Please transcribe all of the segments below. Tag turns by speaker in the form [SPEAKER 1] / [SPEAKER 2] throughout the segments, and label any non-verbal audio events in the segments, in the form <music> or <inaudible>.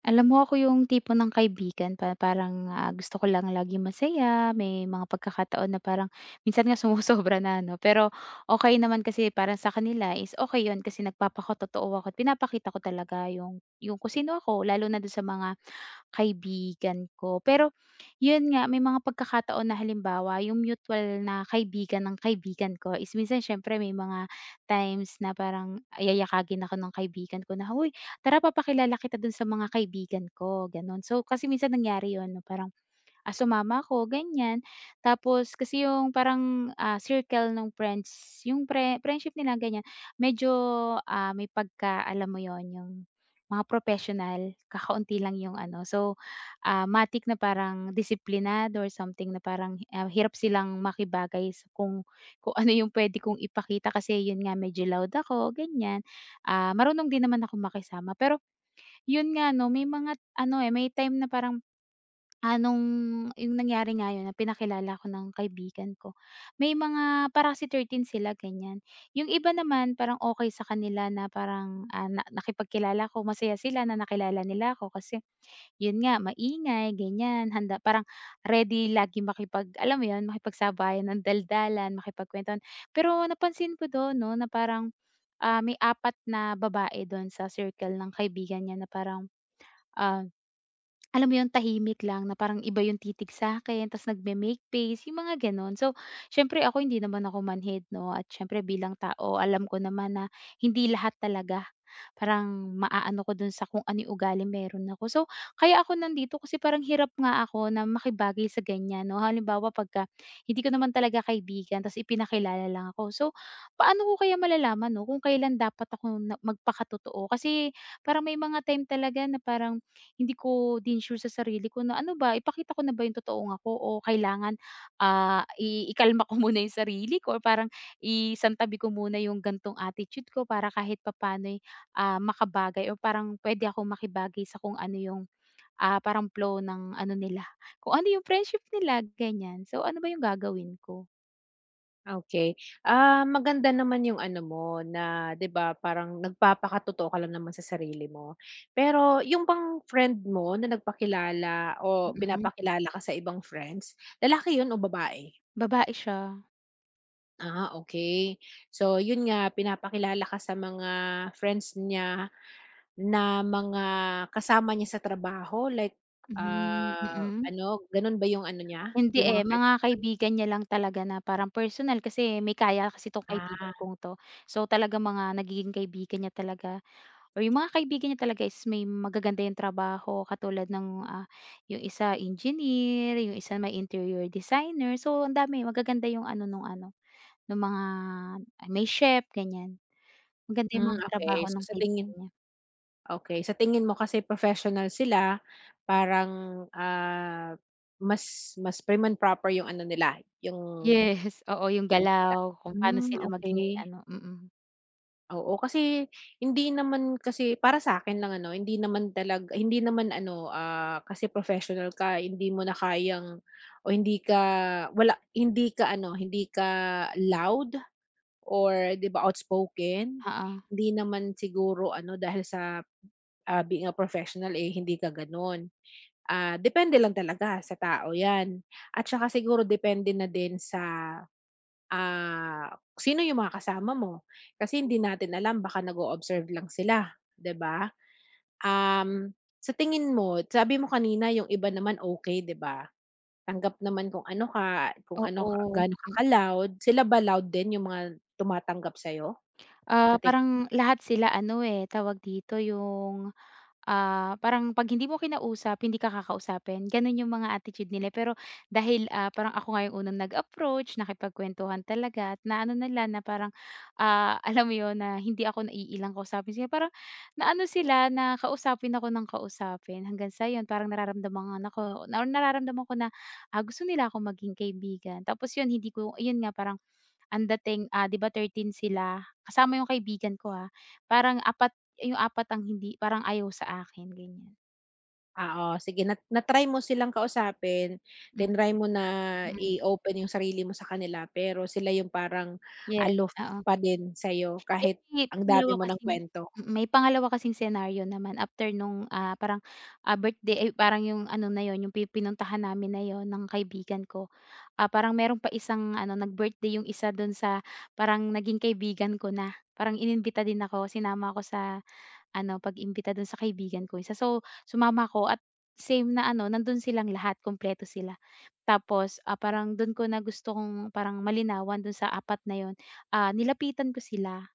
[SPEAKER 1] Alam mo ako yung tipo ng kaibigan pa parang, gusto ko lang lagi masaya, may mga pagkakataon na parang minsan nga sumusobra na 'no, pero okey naman kasi para sa kanila is okey yun kasi nagpapakatotoo ako at pinapakita ko talaga yung kung sino ako lalo na dun sa mga kaibigan ko. Pero yun nga, may mga pagkakataon na halimbawa yung mutual na kaibigan ng kaibigan ko is minsan siyempre may mga times na parang yayakagin ako ng kaibigan ko na, "Hoy, tara papakilala kita dun sa mga kaibigan ko." Ganun. So kasi minsan nangyari yun 'no, parang sumama ako ganyan. Tapos kasi yung parang, circle ng friends, yung friendship nila ganyan, medyo, may pagka alam mo yon yung mga professional, kakaunti lang yung ano. So, matik na parang disiplinado or something na parang, hirap silang makibagay sa kung ano yung pwede kong ipakita kasi yun nga medyo loud ako ganyan. Ah, marunong din naman ako makisama pero yun nga 'no, may mga ano, eh, may time na parang Anong yung nangyari nga yun na pinakilala ako ng kaibigan ko, may mga parang kasi 13 sila ganyan. Yung iba naman parang okay sa kanila na parang, na nakipagkilala ako masaya sila na nakilala nila ako kasi yun nga maingay ganyan, handa parang ready lagi makipag alam mo yun, makipagsabayan ng daldalan, makipagkuwentuhan. Pero napansin ko dun 'no na parang, may 4 na babae dun sa circle ng kaibigan niya na parang, ah alam mo 'yun, tahimik lang na parang iba 'yung titig sa'kin ta's nagme-make face, 'yung mga gano'n. So, siyempre ako hindi naman ako manhid 'no at siyempre bilang tao alam ko naman na hindi lahat talaga parang maaano ko do'n sa kung ano 'yung ugali meron ako. So, kaya ako nandito kasi parang hirap nga ako na makibagay sa ganiyan 'no. Halimbawa pagka hindi ko naman talaga kaibigan ta's ipinakilala lang ako. So, paano ko kaya malalaman 'no kung kailan dapat ako na magpakatotoo? Kasi parang may mga time talaga na parang hindi ko din sure sa sarili ko na ano ba, ipakita ko na ba yung totoong ako o kailangan, ah, i ikalma ko muna yung sarili ko or parang isantabi ko muna yung gan'tong attitude ko para kahit papaano'y, makabagay o parang pwede ako makibagay sa kung ano yung, parang flow ng ano nila, kung ano yung friendship nila, ganyan. So, ano ba yung gagawin ko?
[SPEAKER 2] Okay. Maganda naman yung ano mo na 'di ba parang nagpapakatotoo ka lang naman sa sarili mo. Pero yung bang friend mo na nagpakilala o
[SPEAKER 1] Mm,
[SPEAKER 2] pinapakilala ka sa ibang friends, lalaki yun o babae?
[SPEAKER 1] babae siya.
[SPEAKER 2] Ah, okay. So yun nga, pinapakilala ka sa mga friends niya na mga kasama niya sa trabaho like,
[SPEAKER 1] Hmm, mm.
[SPEAKER 2] ano, ganun ba yung ano niya,
[SPEAKER 1] Hindi,
[SPEAKER 2] yung
[SPEAKER 1] eh,
[SPEAKER 2] mga
[SPEAKER 1] mga
[SPEAKER 2] friends niya?
[SPEAKER 1] kaibigan niya lang talaga na parang personal kasi may kaya kasi 'tong kaibigan
[SPEAKER 2] Ah,
[SPEAKER 1] kong 'to. So, talagang mga nagiging kaibigan niya talaga or yung mga kaibigan niya talaga is may magaganda yung trabaho katulad ng, yung isa engineer, yung isa may interior designer. So, ang dami magaganda yung ano, nung mga may chef ganyan. Maganda yung
[SPEAKER 2] hmm,
[SPEAKER 1] mga trabaho
[SPEAKER 2] okay. So
[SPEAKER 1] ng
[SPEAKER 2] sa
[SPEAKER 1] kaibigan
[SPEAKER 2] tingin
[SPEAKER 1] niya.
[SPEAKER 2] okay, sa tingin mo kasi professional sila parang, mas mas prim and proper yung ano nila, yung
[SPEAKER 1] Yes, oo, yung
[SPEAKER 2] ano nila
[SPEAKER 1] galaw kung paano
[SPEAKER 2] hmm,
[SPEAKER 1] sila maging
[SPEAKER 2] okay.
[SPEAKER 1] ano, mm.
[SPEAKER 2] Oo, kasi hindi naman kasi para sa akin lang ano, hindi naman hindi naman ano, kasi professional ka hindi mo na kayang o hindi ka wala hindi ka ano, hindi ka loud or 'di ba outspoken.
[SPEAKER 1] Oo,
[SPEAKER 2] Hindi naman siguro ano dahil sa being a professional, eh, hindi ka gano'n. Ah, depende lang talaga sa tao 'yan at saka siguro depende na din sa, ah, sino yung mga kasama mo. Kasi hindi natin alam baka nag-o-observe lang sila, 'di ba? Um, sa tingin mo, sabi mo kanina yung iba naman okay 'di ba? Tanggap naman kung ano ka
[SPEAKER 1] oo.
[SPEAKER 2] gaano ka ka-loud. Sila ba loud din yung mga tumatanggap sa'yo? Sa
[SPEAKER 1] Ah,
[SPEAKER 2] tingin
[SPEAKER 1] parang lahat sila ano, eh, tawag dito, yung, parang 'pag hindi mo kinausap, hindi ka kakausapin, gano'n yung mga attitude nila. Pero dahil, parang ako nga yung unang nag-approach, nakipagkuwentuhan talaga at naano nila na parang, <laughs> alam mo 'yun, na hindi ako naiilang kausapin sila. Parang naano sila, na kausapin ako ng kausapin hanggang sa 'yun parang nararamdaman nga ako na nararamdaman ko na, gusto nila ako maging kaibigan. Tapos 'yun, hindi ko 'yun nga, parang ang dating, 'di ba 13 sila, kasama yung kaibigan ko, ha. Parang apat yung 4 ang hindi parang ayaw sa akin, ganyan.
[SPEAKER 2] Ah, oo, sige na na-try mo silang kausapin,
[SPEAKER 1] Hmm,
[SPEAKER 2] tinry mo na
[SPEAKER 1] mm.
[SPEAKER 2] i-open yung sarili mo sa kanila, pero sila yung parang
[SPEAKER 1] Yes,
[SPEAKER 2] aloof
[SPEAKER 1] oo.
[SPEAKER 2] pa din sa'yo
[SPEAKER 1] Yung
[SPEAKER 2] kahit
[SPEAKER 1] may
[SPEAKER 2] ang dami
[SPEAKER 1] pangalawa
[SPEAKER 2] mo ng
[SPEAKER 1] kasing
[SPEAKER 2] kwento.
[SPEAKER 1] mm, may pangalawa kasing senaryo naman after nung, parang, birthday, ay parang yung ano na yun, yung pinuntahan namin na yun ng kaibigan ko. Ah, parang meron pa isang ano, nag-birthday yung isa dun sa parang naging kaibigan ko na. Parang inimbita din ako, sinama ako sa ano, pag-imbita dun sa kaibigan ko isa. So, sumama ako at same na ano, nandun silang lahat, kumpleto sila. Tapos, parang dun ko na gustong parang malinawan dun sa 4 na yun, nilapitan ko sila.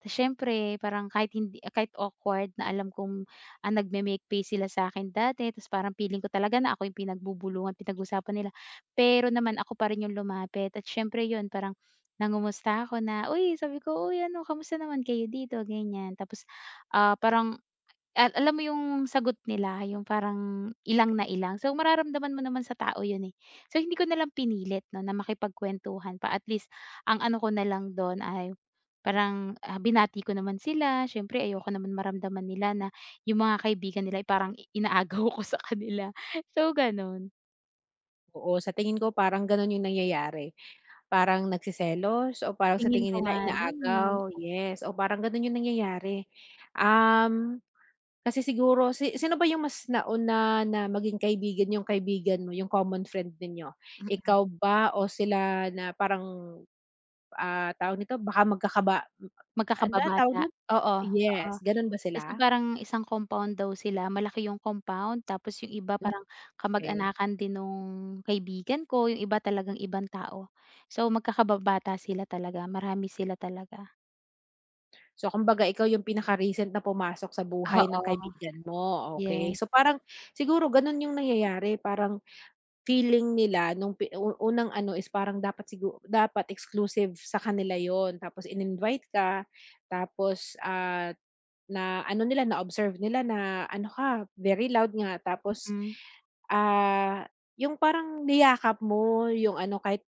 [SPEAKER 1] Tapos siyempre parang kahit awkward na alam kong, nagme-make face sila sa akin dati tapos parang feeling ko talaga na ako yung pinagbubulungan, pinag-usapan nila. Pero naman ako pa rin yung lumapit at siyempre yun parang nangumusta ako na, "Uy," sabi ko, "Uy ano, kamusta naman kayo dito?" ganyan. Tapos, parang at alam mo yung sagot nila, yung parang ilang na ilang. So, mararamdaman mo naman sa tao yun, eh. So, hindi ko na lang pinilit 'no, na makipagkuwentuhan pa. At least ang ano ko na lang dun ay parang, binati ko naman sila. Siyempre ayoko naman maramdaman nila na yung mga kaibigan nila ay parang inaagaw <laughs> ko sa kanila. So, ganun.
[SPEAKER 2] Oo, sa tingin ko parang gano'n yung nangyayari, parang nagsiselos o parang sa
[SPEAKER 1] Tingin ko
[SPEAKER 2] tingin nila
[SPEAKER 1] nga yun, eh,
[SPEAKER 2] inaagaw, yes, o parang gano'n yung nangyayari. Um, kasi siguro sino ba yung mas nauna na maging kaibigan yung kaibigan mo, yung common friend ninyo?
[SPEAKER 1] mm, mm.
[SPEAKER 2] Ikaw ba o sila na parang Ah, tawag nito baka ano tawag
[SPEAKER 1] Magkakababata.
[SPEAKER 2] dun?
[SPEAKER 1] Oo, oo.
[SPEAKER 2] Yes, ganun ba
[SPEAKER 1] Kasi
[SPEAKER 2] sila?
[SPEAKER 1] parang isang compound daw sila, malaki yung compound tapos yung iba parang
[SPEAKER 2] Okay.
[SPEAKER 1] kamag-anakan din nung kaibigan ko, yung iba talagang ibang tao. So, magkakababata sila talaga, marami sila talaga.
[SPEAKER 2] So kumbaga ikaw yung pinaka-recent na pumasok sa buhay ng
[SPEAKER 1] Oo.
[SPEAKER 2] kaibigan mo, okey.
[SPEAKER 1] Yes,
[SPEAKER 2] So parang siguro ganun yung nangyayari parang feeling nila nung pi u unang ano is parang dapat exclusive sa kanila yun tapos in-invite ka, tapos, na ano nila na-observe nila na ano ka very loud nga tapos,
[SPEAKER 1] mm.
[SPEAKER 2] ah, yung parang niyakap mo yung ano kahit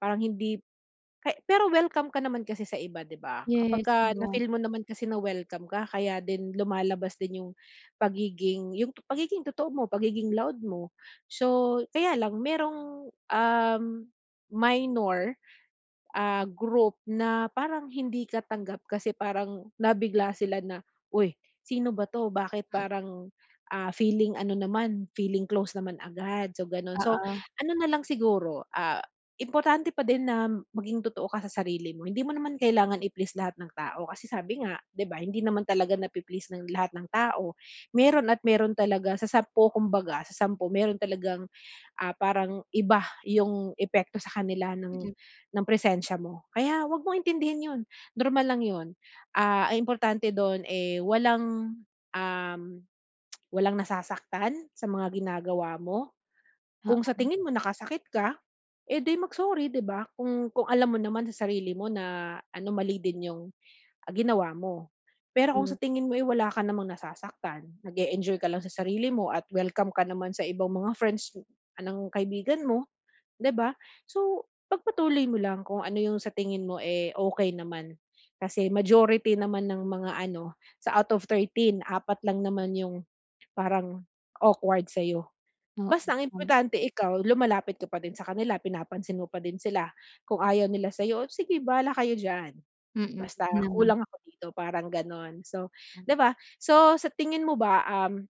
[SPEAKER 2] parang hindi pero welcome ka naman kasi sa iba 'di ba?
[SPEAKER 1] Yes,
[SPEAKER 2] Kapagka
[SPEAKER 1] oo.
[SPEAKER 2] na-feel mo naman kasi na welcome ka kaya din lumalabas din yung pagiging totoo mo, pagiging loud mo. So, kaya lang merong, minor group na parang hindi ka tanggap kasi parang nabigla sila na, "Uy, sino ba 'to? Bakit parang, feeling ano naman, feeling close naman agad." So gano'n. So
[SPEAKER 1] Oo.
[SPEAKER 2] ano na lang siguro, importante pa din na maging totoo ka sa sarili mo. Hindi mo naman kailangan i-please lahat ng tao kasi sabi nga, 'di ba, hindi naman talaga napi-please ng lahat ng tao. Meron at meron talaga sa 10 kumbaga, sa 10 meron talagang parang iba yung epekto sa kanila ng
[SPEAKER 1] Mm.
[SPEAKER 2] presensya mo. Kaya wag mong intindihin yun, normal lang yun. Ang importante dun, eh, walang, um, walang nasasaktan sa mga ginagawa mo. Kung sa
[SPEAKER 1] Oo,
[SPEAKER 2] tingin mo nakasakit ka, eh, di mag-sorry, 'di ba? Kung alam mo naman sa sarili mo na ano, mali din yung, ginawa mo. Pero kung sa
[SPEAKER 1] yun.
[SPEAKER 2] tingin mo, eh, wala ka namang nasasaktan, nag-e-enjoy ka lang sa sarili mo at welcome ka naman sa ibang mga friends ng kaibigan mo, 'di ba? So, pagpatuloy mo lang kung ano yung sa tingin mo, eh, okey naman. Kasi majority naman ng mga ano, sa out of 13 apat lang naman yung parang awkward sa'yo.
[SPEAKER 1] Oo,
[SPEAKER 2] Basta ang
[SPEAKER 1] mm.
[SPEAKER 2] importante ikaw lumalapit ka pa din sa kanila, pinapansin mo pa din sila. Kung ayaw nila sa'yo, sige bahala kayo diyan,
[SPEAKER 1] Mm,
[SPEAKER 2] basta
[SPEAKER 1] yun na nga,
[SPEAKER 2] kulang ako dito, parang gano'n. So, 'di ba? So, sa tingin mo ba,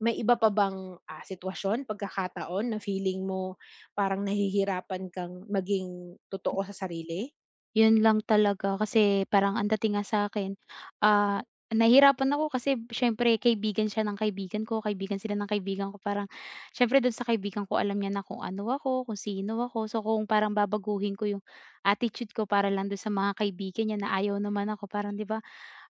[SPEAKER 2] may iba pa bang, sitwasyon, pagkakataon na feeling mo parang nahihirapan kang maging totoo sa sarili?
[SPEAKER 1] yun lang talaga kasi parang ang dating nga sa'kin, ah, nahihirapan ako kasi siyempre kaibigan siya ng kaibigan ko, kaibigan sila ng kaibigan ko. Parang siyempre dun sa kaibigan ko alam niya na kung ano ako, kung sino ako. So, kung parang babaguhin ko yung attitude ko para lang dun sa mga kaibigan niya na ayaw naman ako, parang 'di ba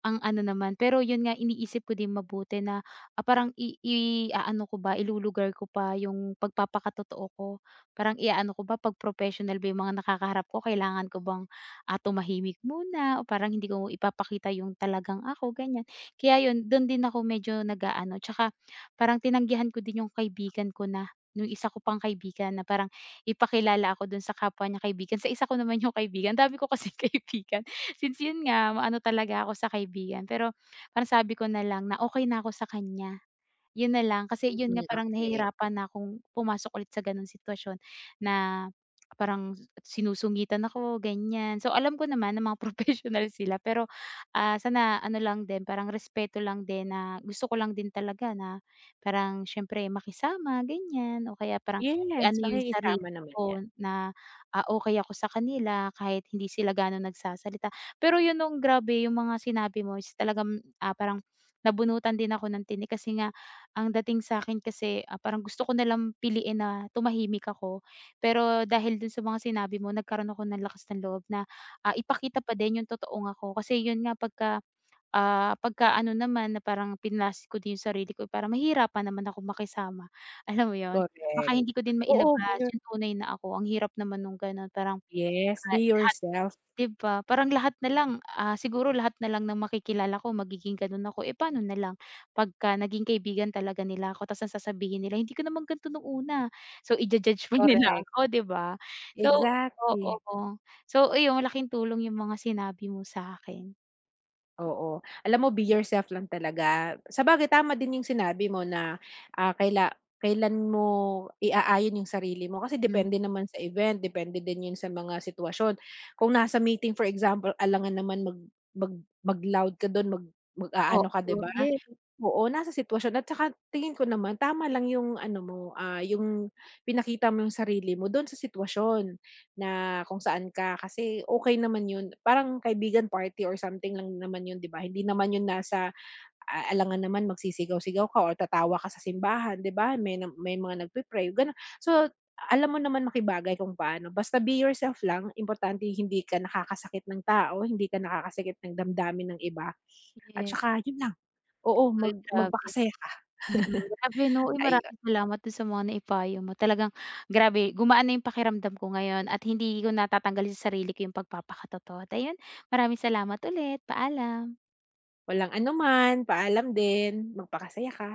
[SPEAKER 1] ang ano naman, pero yun nga iniisip ko din mabuti na, ah, parang i i-aano ko ba, ilulugar ko pa yung pagpapakatotoo ko. Parang i-aano ko ba 'pag professional ba yung mga nakakaharap ko kailangan ko bang, tumahimik muna o parang hindi ko ipapakita yung talagang ako, ganyan. Kaya yun, dun din ako medyo nag-aano, tsaka parang tinanggihan ko din yung kaibigan ko na nung isa ko pang kaibigan na parang ipakilala ako dun sa kapwa niya kaibigan, sa isa ko naman yung kaibigan, ang dami ko kasing <laughs> kaibigan. Since yun nga, ano talaga ako sa kaibigan, pero parang sabi ko na lang na okay na ako sa kanya. Yun na lang kasi yun nga
[SPEAKER 2] Hmm,
[SPEAKER 1] parang
[SPEAKER 2] okey.
[SPEAKER 1] nahihirapan na akong pumasok ulit sa ganong sitwasyon na parang sinusungitan ako ganyan. So alam ko naman na mga <laughs> professional sila pero, sana ano lang din parang respeto lang din na gusto ko lang din talaga na parang siyempre makisama ganyan o kaya parang
[SPEAKER 2] Yes,
[SPEAKER 1] ano yung sarili
[SPEAKER 2] pakikisama naman
[SPEAKER 1] ko
[SPEAKER 2] 'yan.
[SPEAKER 1] na, okey ako sa kanila kahit hindi sila ganon nagsasalita. Pero yun nung grabe yung mga sinabi mo is talagang, parang nabunutan din ako ng tinik kasi nga ang dating sa akin kasi, parang gusto ko nalang piliin na tumahimik ako. Pero dahil dun sa mga sinabi mo nagkaroon ako ng lakas ng loob na, ipakita pa din yung totoong ako. Kasi yun nga pagka, pagka-ano naman na parang pinlas ko din yung sarili ko para mahirapan naman ako makisama, <laughs> alam mo yon. Baka
[SPEAKER 2] Correct.
[SPEAKER 1] hindi ko din
[SPEAKER 2] Oo, be
[SPEAKER 1] mailabas
[SPEAKER 2] your
[SPEAKER 1] yung tunay na ako. Ang hirap naman nung ganun parang
[SPEAKER 2] yes,
[SPEAKER 1] ah,
[SPEAKER 2] be yourself.
[SPEAKER 1] 'Di ba, parang lahat na lang, siguro lahat na lang ng makikilala ko magiging gano'n ako, eh, paano na lang pagka naging kaibigan talaga nila ako ta's ang sasabihin nila, "Hindi ka naman ganito nung una." So, ija-judge pa <laughs> nila
[SPEAKER 2] Correct.
[SPEAKER 1] ako, 'di ba? So
[SPEAKER 2] Exactly.
[SPEAKER 1] oo. So, ayun malaking tulong yung mga sinabi mo sa'kin.
[SPEAKER 2] Oo. Alam mo be yourself lang talaga. Sabagay tama din yung sinabi mo na, ah, kaila kailan mo iaayon yung sarili mo kasi
[SPEAKER 1] Mm.
[SPEAKER 2] depende naman sa event, depende din yun sa mga sitwasyon. Kung nasa meeting for example, alangan naman mag mag mag-loud ka dun, mag-aano ka, 'di
[SPEAKER 1] Oo.
[SPEAKER 2] ba?
[SPEAKER 1] Yes,
[SPEAKER 2] Oo, nasa sitwasyon at saka tingin ko naman tama lang yung ano mo, yung pinakita mo yung sarili mo don sa sitwasyon na kung saan ka kasi okey naman yun. Parang kaibigan party or something lang naman yun, 'di ba? Hindi naman yun nasa a alangan naman magsisigaw-sigaw ka or tatawa ka sa simbahan, 'di ba? May mga nagpe-pray, gano'n. So, alam mo naman makibagay kung paano, basta be yourself lang. Importante hindi ka nakakasakit ng tao, hindi ka nakakasakit ng damdamin ng iba at
[SPEAKER 1] yes.
[SPEAKER 2] saka yun lang. Oo,
[SPEAKER 1] Uy, grabe.
[SPEAKER 2] magpakasaya ka,
[SPEAKER 1] Mm, grabe 'no, uy
[SPEAKER 2] ayun.
[SPEAKER 1] maraming salamat dun sa mga naipayo mo. Talagang grabe gumaan na yung pakiramdam ko ngayon at hindi ko natatanggalin sa sarili ko yung pagpapakatotoo at ayun, maraming salamat ulit, paalam.
[SPEAKER 2] Walang anuman, paalam din, magpakasaya ka.